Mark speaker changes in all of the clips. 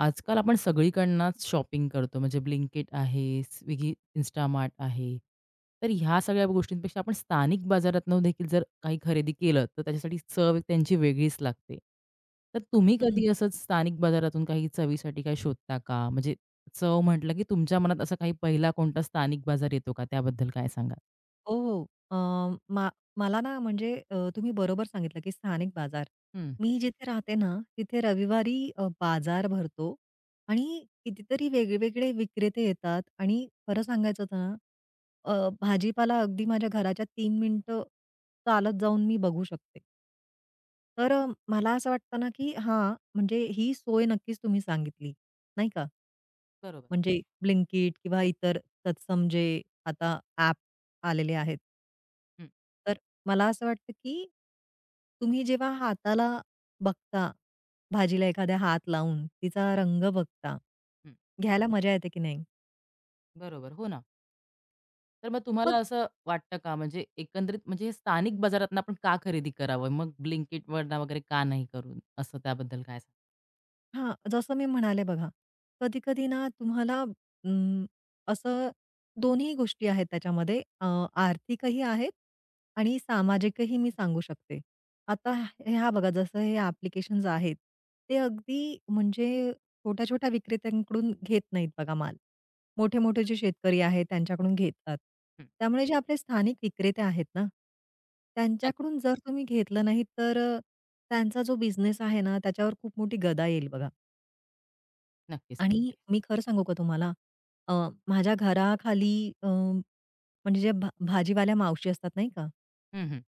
Speaker 1: आजकाल आपण सगळीकडनंच शॉपिंग करतो म्हणजे Blinkit आहे, Swiggy, Instamart आहे. तर ह्या सगळ्या गोष्टींपेक्षा आपण स्थानिक बाजारातनं देखील जर काही खरेदी केलं, तर त्याच्यासाठी चव त्यांची वेगळीच लागते. तर तुम्ही
Speaker 2: हं.
Speaker 1: कधी असंच स्थानिक बाजारातून काही चवीसाठी काही शोधता का? म्हणजे चव म्हटलं, की तुमच्या मनात असा काही पहिला कोणता स्थानिक बाजार येतो का? त्याबद्दल काय सांगाल?
Speaker 2: हो, हो. अ, मा मला ना म्हणजे तुम्ही बरोबर सांगितलं, की स्थानिक बाजार.
Speaker 1: हं,
Speaker 2: मी जिथे राहते ना, तिथे रविवारी बाजार भरतो आणि कितीतरी वेगवेगळे विक्रेते येतात आणि खरं सांगायचं तर ना, भाजीपाला अगदी माझ्या घराच्या तीन मिनिटं चालत जाऊन मी बघू शकते. तर मला असं वाटतं ना, की हां, म्हणजे ही सोय नक्कीच तुम्ही सांगितली, नाही का?
Speaker 1: बरोबर.
Speaker 2: म्हणजे Blinkit किंवा इतर तत्सम जे आता ॲप आलेले आहेत.
Speaker 1: हं,
Speaker 2: तर मला असं वाटतं, की तुम्ही जेव्हा हाताला बघता, भाजीला एखाद्या हात लावून तिचा रंग बघता,
Speaker 1: हं.
Speaker 2: घ्यायला मजा येते की नाही?
Speaker 1: बरोबर. हो ना. तर मग तुम्हाला
Speaker 2: मग
Speaker 1: असं वाटतं का म्हणजे एकंदरीत म्हणजे हे स्थानिक बाजारातनं आपण का खरेदी करावं? मग Blinkitवरनं वगैरे का नाही करून? असं त्याबद्दल काय सांगाल?
Speaker 2: हां, जसं मी म्हणाले बघा, कधी-कधी ना तुम्हाला अं, असं दोन्ही गोष्टी आहेत त्याच्यामध्ये आर्थिकही आहेत आणि सामाजिकही मी सांगू शकते. आता ह्या बघा जसं हे ॲप्लिकेशन्स आहेत, ते अगदी म्हणजे छोट्या-छोट्या विक्रेत्यांकडून घेत नाहीत बघा माल. मोठे-मोठे जे शेतकरी आहेत त्यांच्याकडून घेतात.
Speaker 1: हं.
Speaker 2: त्यामुळे जे आपले स्थानिक विक्रेते आहेत ना,
Speaker 1: नक्क
Speaker 2: त्यांच्याकडून जर तुम्ही घेतलं नाही तर त्यांचा जो बिझनेस आहे ना त्याच्यावर खूप मोठी गदा येईल बघा.
Speaker 1: नक्कीच,
Speaker 2: आणि
Speaker 1: नक्कीच.
Speaker 2: मी खरं सांगू का तुम्हाला, अ, माझ्या घराखाली अ, म्हणजे ज्या भाजीवाल्या मावशी असतात नाही का,
Speaker 1: हं, हं.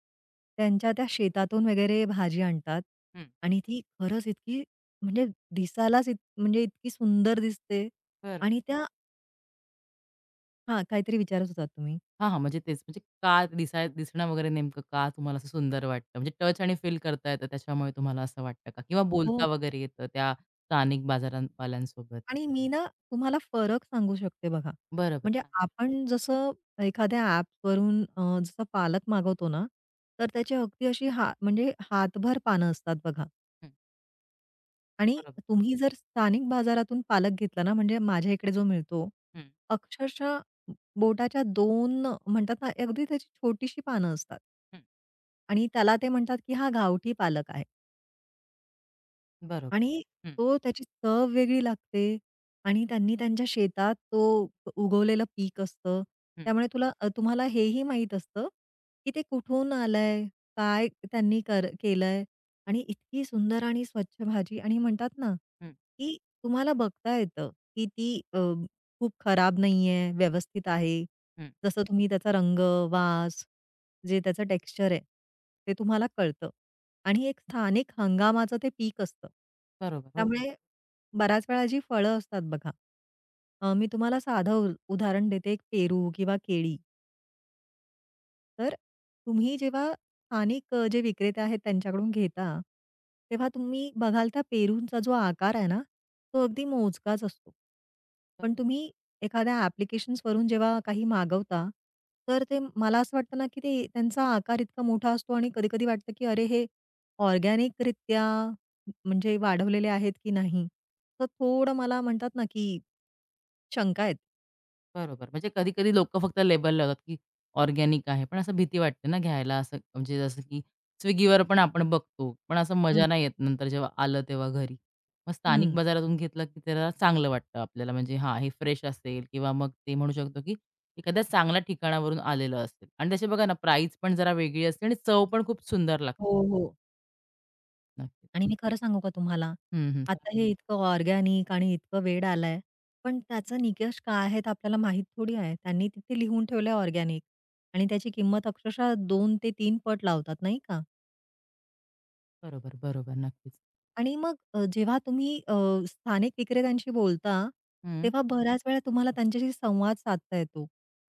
Speaker 2: त्यांच्या
Speaker 1: बरोबर.
Speaker 2: त्या शेतातून वगैरे भाजी आणतात
Speaker 1: हं.
Speaker 2: आणि ती खरंच इतकी म्हणजे दिसायलाच म्हणजे इतकी सुंदर दिसते
Speaker 1: बरं.
Speaker 2: आणि त्या हां, काहीतरी विचारत होतात तुम्ही?
Speaker 1: हां, हां. म्हणजे तेच म्हणजे का दिसणं वगैरे नेमकं का तुम्हाला असं सुंदर वाटतं? म्हणजे टच आणि फील करता येतं त्याच्यामुळे तुम्हाला असं वाटतं का? किंवा बोलता
Speaker 2: हो
Speaker 1: वगैरे येतं त्या स्थानिक बाजारवाल्यांसोबत?
Speaker 2: आणि मी ना तुम्हाला फरक सांगू शकते बघा.
Speaker 1: बरोबर.
Speaker 2: म्हणजे
Speaker 1: हां.
Speaker 2: आपण जसं एखाद्या ॲपवरून जसं पालक मागवतो ना, तर त्याची अगदी अशी हा म्हणजे हातभर पानं असतात बघा.
Speaker 1: हं.
Speaker 2: आणि
Speaker 1: बरोबर.
Speaker 2: तुम्ही जर स्थानिक बाजारातून पालक घेतला ना, म्हणजे माझ्या इकडे जो मिळतो,
Speaker 1: हं,
Speaker 2: अक्षरशः बोटाच्या दोन म्हणतात ना, अगदी त्याची छोटीशी पानं असतात.
Speaker 1: हं.
Speaker 2: आणि त्याला ते म्हणतात, की हा गावठी पालक आहे.
Speaker 1: बरोबर.
Speaker 2: आणि
Speaker 1: हं,
Speaker 2: तो त्याची चव वेगळी लागते आणि त्यांनी त्यांच्या शेतात तो उगवलेलं पीक असतं.
Speaker 1: हं,
Speaker 2: त्यामुळे तुम्हाला हेही माहीत असतं, की ते कुठून आलंय, काय त्यांनी केलंय आणि इतकी सुंदर आणि स्वच्छ भाजी आणि म्हणतात ना,
Speaker 1: हं,
Speaker 2: की तुम्हाला बघता येतं, की ती खूप खराब नाहीये, व्यवस्थित आहे.
Speaker 1: हं.
Speaker 2: जसं तुम्ही त्याचा रंग, वास, जे त्याचं टेक्स्चर आहे, ते तुम्हाला कळतं. आणि एक स्थानिक हंगामाचं ते पीक असतं.
Speaker 1: बरोबर. हो.
Speaker 2: त्यामुळे बऱ्याच वेळा जी फळं असतात बघा, मी तुम्हाला साधं उदाहरण देते, एक पेरू किंवा केळी. तर तुम्ही जेव्हा स्थानिक जे विक्रेते आहेत त्यांच्याकडून घेता, तेव्हा तुम्ही बघाल त्या पेरूंचा जो आकार आहे ना, तो अगदी मोजकाच असतो. पण तुम्ही एखाद्या ॲप्लिकेशन्सवरून जेव्हा काही मागवता, तर ते मला असं वाटतं ना, की ते त्यांचा आकार इतका मोठा असतो आणि कधी-कधी वाटतं, की अरे हे ऑर्गॅनिकरित्या म्हणजे वाढवलेले आहेत की नाही? तर थोडं मला म्हणतात ना, की शंका येते.
Speaker 1: बरोबर. म्हणजे कधी-कधी लोकं फक्त लेबल लावतात, की ऑर्गॅनिक आहे. पण असं भीती वाटते ना घ्यायला असं म्हणजे जसं की स्विगीवर पण आपण बघतो. पण असं
Speaker 2: हं.
Speaker 1: मजा नाही येत नंतर जेव्हा आलं तेव्हा घरी. मग स्थानिक
Speaker 2: हं.
Speaker 1: बाजारातून घेतलं, की त्याला चांगलं वाटतं आपल्याला म्हणजे हां, हे फ्रेश असेल किंवा मग ते म्हणू शकतो, की एखाद्या चांगल्या ठिकाणावरून आलेलं असेल आणि त्याची बघा ना प्राईस पण जरा वेगळी असते आणि चव पण खूप सुंदर लागते.
Speaker 2: हो, हो.
Speaker 1: नक्कीच.
Speaker 2: आणि मी खरं सांगू का तुम्हाला,
Speaker 1: हं, हं.
Speaker 2: आता हे हं. इतकं ऑर्गॅनिक आणि इतकं वेड आलंय, पण त्याचा निकष काय आहे ते आपल्याला माहीत थोडी आहे. त्यांनी तिथे लिहून ठेवलंय ऑर्गॅनिक आणि त्याची किंमत अक्षरशः 2 ते 3 पट लावतात, नाही का?
Speaker 1: बरोबर, बरोबर. नक्कीच.
Speaker 2: आणि मग जेव्हा तुम्ही स्थानिक विक्रेत्यांशी बोलता,
Speaker 1: हं.
Speaker 2: तेव्हा बऱ्याच वेळा तुम्हाला त्यांच्याशी संवाद साधता येतो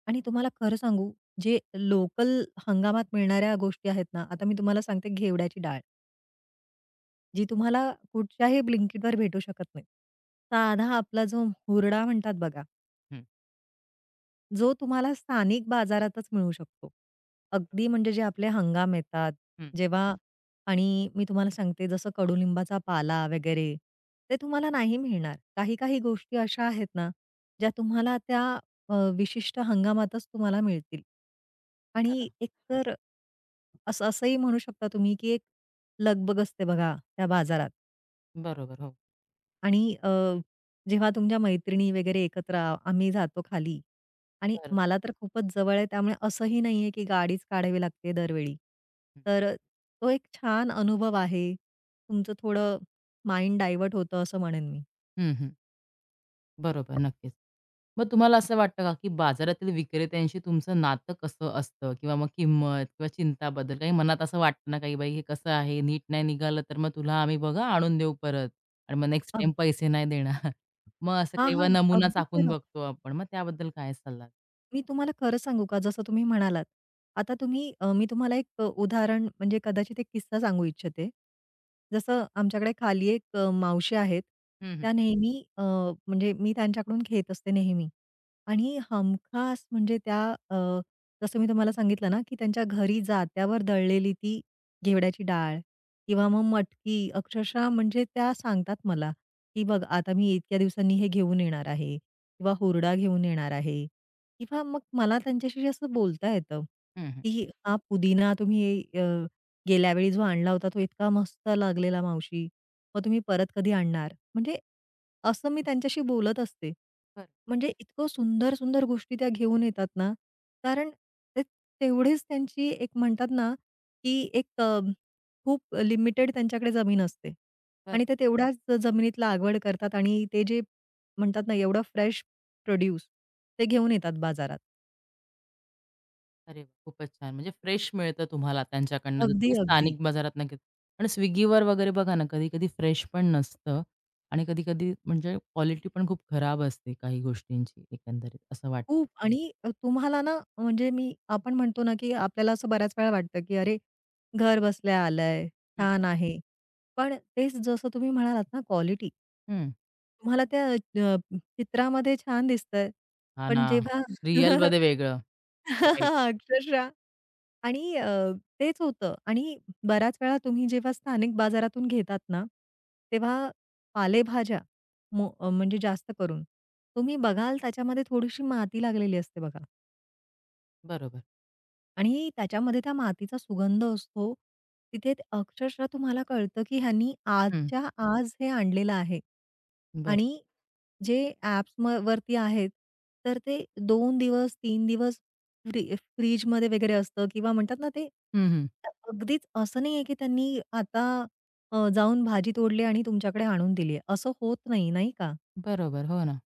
Speaker 2: आणि तुम्हाला खरं सांगू, जे लोकल हंगामात मिळणाऱ्या गोष्टी आहेत ना, आता मी तुम्हाला सांगते, घेवड्याची डाळ. जी तुम्हाला कुठच्याही Blinkitवर भेटू शकत नाही. साधा आपला जो हुरडा म्हणतात बघा,
Speaker 1: हं.
Speaker 2: जो तुम्हाला स्थानिक बाजारातच मिळू शकतो.
Speaker 1: बरोबर.
Speaker 2: अगदी म्हणजे जे आपले हंगाम येतात,
Speaker 1: हं.
Speaker 2: जेव्हा आणि मी तुम्हाला सांगते जसं कडुलिंबाचा पाला वगैरे, ते तुम्हाला नाही मिळणार. काही-काही गोष्टी अशा आहेत ना, ज्या तुम्हाला त्या विशिष्ट हंगामातच तुम्हाला मिळतील.
Speaker 1: बरं.
Speaker 2: आणि एकतर असंही म्हणू शकता तुम्ही, की एक लगबग असते बघा त्या बाजारात.
Speaker 1: बरोबर. हो.
Speaker 2: आणि जेव्हा तुमच्या मैत्रिणी वगैरे एकत्र आम्ही जातो खाली आणि
Speaker 1: बरं.
Speaker 2: मला तर खूपच जवळ आहे त्यामुळे असंही नाहीये की गाडीच काढावी लागते दरवेळी.
Speaker 1: हं.
Speaker 2: तर तो एक छान अनुभव आहे. तुमचं थोडं माइंड डायव्हर्ट होतं असं म्हणेन मी.
Speaker 1: हं, हं. बरोबर, नक्कीच. मग तुम्हाला असं वाटतं का, की बाजारातील विक्रेत्यांशी तुमचं नातं कसं असतं? किंवा मग किंमत किंवा चिंताबद्दल काही मनात असं वाटतं ना, की बाई हे कसं आहे, नीट नाही निघालं तर मग तुला आम्ही बघा आणून देऊ परत आणि मग नेक्स्ट
Speaker 2: अग
Speaker 1: टाईम पैसे नाही देणार. मग असं
Speaker 2: हां,
Speaker 1: किंवा
Speaker 2: हां.
Speaker 1: नमुना
Speaker 2: अगदी
Speaker 1: चाखून
Speaker 2: खरं.
Speaker 1: बघतो आपण. मग त्याबद्दल काय सल्ला?
Speaker 2: मी तुम्हाला खरं सांगू का? जसं तुम्ही म्हणालात. आता मी तुम्हाला एक उदाहरण म्हणजे कदाचित एक किस्सा सांगू इच्छिते. जसं आमच्याकडे खाली एक मावशी आहेत.
Speaker 1: हं, हं.
Speaker 2: त्या नेहमी म्हणजे मी त्यांच्याकडून घेत असते नेहमी. आणि हमखास म्हणजे त्या अ, जसं मी तुम्हाला सांगितलं ना, की त्यांच्या घरी जात्यावर दळलेली ती घेवड्याची डाळ किंवा मग मटकी अक्षरशः म्हणजे त्या सांगतात मला, की "बघ आता मी इतक्या दिवसांनी हे घेऊन येणार आहे किंवा हुरडा घेऊन येणार आहे." किंवा मग मला त्यांच्याशी असं बोलता येतं,
Speaker 1: हं, हं.
Speaker 2: की "हा पुदिना तुम्ही अ, गेल्या वेळी जो आणला होता तो इतका मस्त लागलेला मावशी. मग तुम्ही परत कधी आणणार?" म्हणजे असं मी त्यांच्याशी बोलत असते.
Speaker 1: बरं,
Speaker 2: म्हणजे इतकं सुंदर, सुंदर गोष्टी त्या घेऊन येतात ना, कारण ते तेवढीच त्यांची एक म्हणतात ना, की एक खूप लिमिटेड त्यांच्याकडे जमीन असते
Speaker 1: बरं.
Speaker 2: आणि ते तेवढ्याच जमिनीत लागवड करतात आणि ते जे म्हणतात ना एवढं फ्रेश प्रोड्यूस ते घेऊन येतात बाजारात.
Speaker 1: अरे वाह! खूपच छान. म्हणजे फ्रेश मिळतं तुम्हाला त्यांच्याकडनं जर हो.
Speaker 2: अगदी,
Speaker 1: तुम्ही
Speaker 2: अगदी.
Speaker 1: स्थानिक बाजारात न घेत पण Swiggyवर वगैरे बघा ना, कधी-कधी फ्रेश पण नसतं आणि कधी-कधी म्हणजे क्वालिटी पण खूप खराब असते काही गोष्टींची एकंदरीत असं वाटतं.
Speaker 2: खूप आणि तुम्हाला ना म्हणजे मी आपण म्हणतो ना, की आपल्याला असं बऱ्याच वेळा वाटतं, की "अरे, घर बसल्या आलंय,
Speaker 1: हं, हं.
Speaker 2: छान आहे." पण तेच जसं तुम्ही म्हणालात ना क्वालिटी,
Speaker 1: हं.
Speaker 2: तुम्हाला त्या अ, चित्रामध्ये छान दिसतंय.
Speaker 1: हां ना.
Speaker 2: पण जेव्हा
Speaker 1: रिअलमध्ये वेगळं. राईट.
Speaker 2: अक्षरशः आणि तेच होतं आणि बऱ्याच वेळा तुम्ही जेव्हा स्थानिक बाजारातून घेतात ना, तेव्हा पालेभाज्या म्हणजे जास्त करून तुम्ही बघाल त्याच्यामध्ये थोडीशी माती लागलेली असते बघा.
Speaker 1: बरोबर.
Speaker 2: आणि त्याच्यामध्ये त्या मातीचा सुगंध असतो. तिथे ते अक्षरशः तुम्हाला कळतं, की ह्यांनी
Speaker 1: हं.
Speaker 2: आजच्या आज हे आणलेलं आहे.
Speaker 1: बरं.
Speaker 2: आणि जे ॲप्स वरती आहेत, तर ते दोन दिवस, तीन दिवस फ्रिजमध्ये वगैरे असतं किंवा म्हणतात ना ते
Speaker 1: हं, हं.
Speaker 2: अगदीच असं नाही आहे, की त्यांनी आता जाऊन भाजी तोडली आणि तुमच्याकडे आणून दिली आहे. असं होत नाही, नाही का?
Speaker 1: बरोबर. हो ना.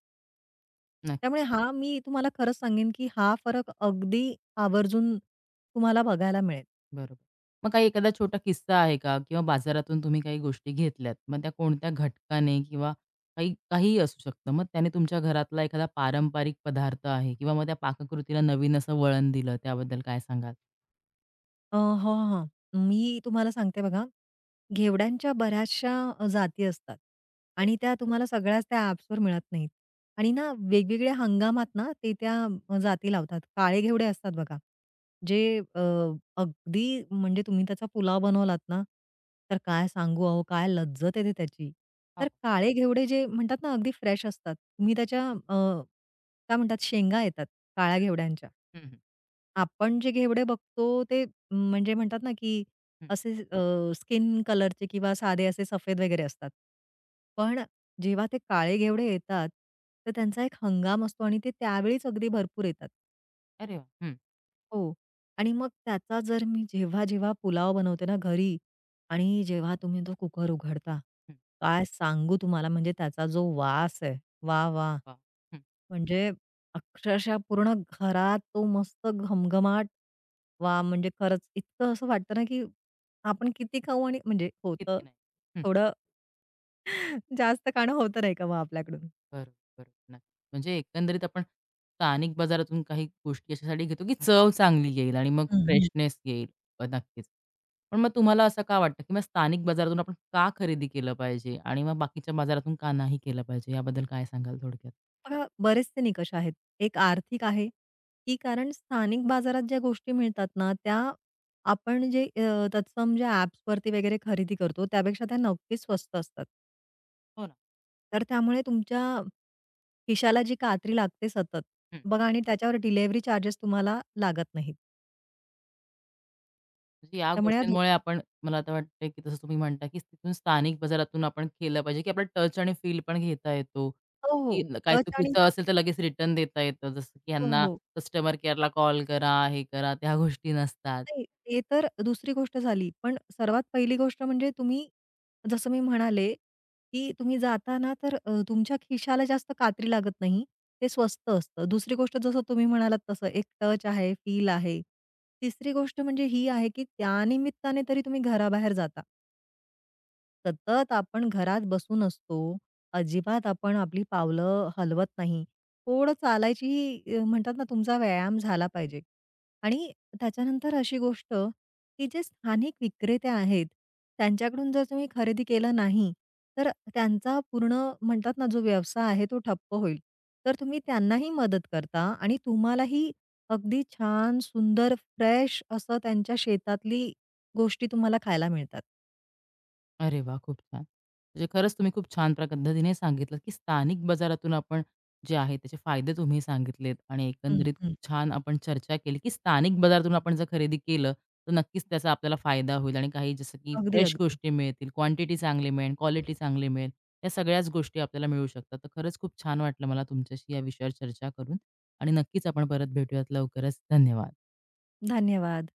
Speaker 1: नक्की.
Speaker 2: त्यामुळे हा मी तुम्हाला खरंच सांगेन, की हा फरक अगदी आवर्जून तुम्हाला बघायला मिळेल.
Speaker 1: बरोबर. मग काही एखादा छोटा किस्सा आहे का? किंवा बाजारातून तुम्ही काही गोष्टी घेतल्यात, मग त्या कोणत्या घटकाने किंवा काही काहीही असू शकतं. मग त्याने तुमच्या घरातला एखादा पारंपरिक पदार्थ आहे किंवा मग त्या पाककृतीला नवीन असं वळण दिलं, त्याबद्दल काय सांगाल?
Speaker 2: हो, हां. मी तुम्हाला सांगते बघा, घेवड्यांच्या बऱ्याचशा जाती असतात आणि त्या तुम्हाला सगळ्याच त्या ॲप्सवर मिळत नाहीत. आणि ना वेगवेगळ्या हंगामात ना ते त्या जाती लावतात. काळे घेवडे असतात बघा, जे अगदी म्हणजे तुम्ही त्याचा पुलाव बनवलात ना, तर काय सांगू अहो, काय लज्जत येते त्याची.
Speaker 1: हां.
Speaker 2: तर काळे घेवडे जे म्हणतात ना, अगदी फ्रेश असतात. तुम्ही त्याच्या काय म्हणतात शेंगा येतात काळ्या घेवड्यांच्या.
Speaker 1: हं, हं.
Speaker 2: आपण जे घेवडे बघतो ते म्हणजे म्हणतात ना, की
Speaker 1: हं.
Speaker 2: असे स्किन कलरचे किंवा साधे असे सफेद वगैरे असतात. पण जेव्हा ते काळे घेवडे येतात, तर त्यांचा एक हंगाम असतो आणि ते त्यावेळीच अगदी भरपूर येतात.
Speaker 1: अरे वाह! हं,
Speaker 2: हो. आणि मग त्याचा जर मी जेव्हा-जेव्हा पुलाव बनवते ना घरी आणि जेव्हा तुम्ही तो कुकर उघडता,
Speaker 1: हं.
Speaker 2: काय सांगू तुम्हाला म्हणजे त्याचा जो वास आहे, वाह! वाह!
Speaker 1: वाह! हं.
Speaker 2: म्हणजे अक्षरशः पूर्ण घरात तो मस्त घमघमाट. वा म्हणजे खरंच इतकं असं वाटतं ना, की आपण किती खाऊ आणि म्हणजे होतं
Speaker 1: किती नाही.
Speaker 2: थोडं जास्त खाणं होतं नाही का मग आपल्याकडून.
Speaker 1: बरोबर, बरोबर. नक्की. म्हणजे एकंदरीत आपण स्थानिक बाजारातून काही गोष्टी याच्यासाठी घेतो, की चव चांगली येईल आणि मग
Speaker 2: हं, हं.
Speaker 1: फ्रेशनेस येईल. नक्कीच. पण मग तुम्हाला असं का वाटतं, की मग स्थानिक बाजारातून आपण का खरेदी केलं पाहिजे आणि मग बाकीच्या बाजारातून का नाही केलं पाहिजे? याबद्दल काय सांगाल थोडक्यात?
Speaker 2: पण बरेचसे निकष आहेत. एक आर्थिक आहे, की कारण स्थानिक बाजारात ज्या गोष्टी मिळतात ना, त्या आपण जे तत्सम ज्या ॲप्सवरती वगैरे खरेदी करतो त्यापेक्षा त्या नक्कीच स्वस्त असतात.
Speaker 1: हो ना.
Speaker 2: तर त्यामुळे तुमच्या खिशाला जी कात्री लागते सतत, बघा आणि त्याच्यावर डिलिव्हरी चार्जेस तुम्हाला लागत नाहीत.
Speaker 1: म्हणजे या
Speaker 2: त्यामुळे या दो
Speaker 1: गोष्टींमुळे आपण मला आता वाटतंय, की जसं तुम्ही म्हणता, की तिथून स्थानिक बाजारातून आपण केलं पाहिजे, की आपला टच आणि फील पण घेता येतो,
Speaker 2: हो, हो.
Speaker 1: की हो. काही
Speaker 2: टच आणि
Speaker 1: चुकीचं असेल तर लगेच रिटर्न देता येतं. जसं की
Speaker 2: हो,
Speaker 1: ह्यांना
Speaker 2: हो.
Speaker 1: कस्टमर केअरला कॉल करा, हे करा, त्या गोष्टी नसतात.
Speaker 2: नाही, ते तर दुसरी गोष्ट झाली. पण सर्वात पहिली गोष्ट म्हणजे तुम्ही जसं मी म्हणाले, की तुम्ही जाताना तर तुमच्या खिशाला जास्त कात्री लागत नाही. ते स्वस्त असतं. दुसरी गोष्ट जसं तुम्ही म्हणालात तसं एक टच आहे, फील आहे. तिसरी गोष्ट म्हणजे ही आहे, की त्यानिमित्ताने तरी तुम्ही घराबाहेर जाता. सतत आपण घरात बसून असतो. अजिबात आपण आपली पावलं हलवत नाही. थोडं चालायचीही म्हणतात ना तुमचा व्यायाम झाला पाहिजे. आणि त्याच्यानंतर अशी गोष्ट, की जे स्थानिक विक्रेते आहेत, त्यांच्याकडून जर तुम्ही खरेदी केलं नाही, तर त्यांचा पूर्ण म्हणतात ना जो व्यवसाय आहे तो ठप्प होईल. तर तुम्ही त्यांनाही मदत करता आणि तुम्हालाही अगदी छान, सुंदर, फ्रेश असं त्यांच्या शेतातली गोष्टी तुम्हाला खायला मिळतात.
Speaker 1: अरे वाह! खूप छान. म्हणजे खरंच तुम्ही खूप छान पद्धतीने सांगितलं, की स्थानिक बाजारातून आपण जे आहे त्याचे फायदे तुम्ही सांगितलेत आणि
Speaker 2: हं,
Speaker 1: एकंदरीत
Speaker 2: हं.
Speaker 1: खूप छान आपण चर्चा केली, की स्थानिक बाजारातून आपण जर खरेदी केलं, तर नक्कीच त्याचा आपल्याला फायदा होईल आणि काही जसं की
Speaker 2: अगदी,
Speaker 1: फ्रेश
Speaker 2: अगदी.
Speaker 1: गोष्टी मिळतील, क्वांटिटी चांगली मिळेल, क्वालिटी चांगली मिळेल. या सगळ्याच गोष्टी आपल्याला मिळू शकतात. तर खरंच खूप छान वाटलं मला तुमच्याशी या विषयावर चर्चा करून आणि नक्कीच आपण परत भेटूयात लवकरच. धन्यवाद.
Speaker 2: धन्यवाद.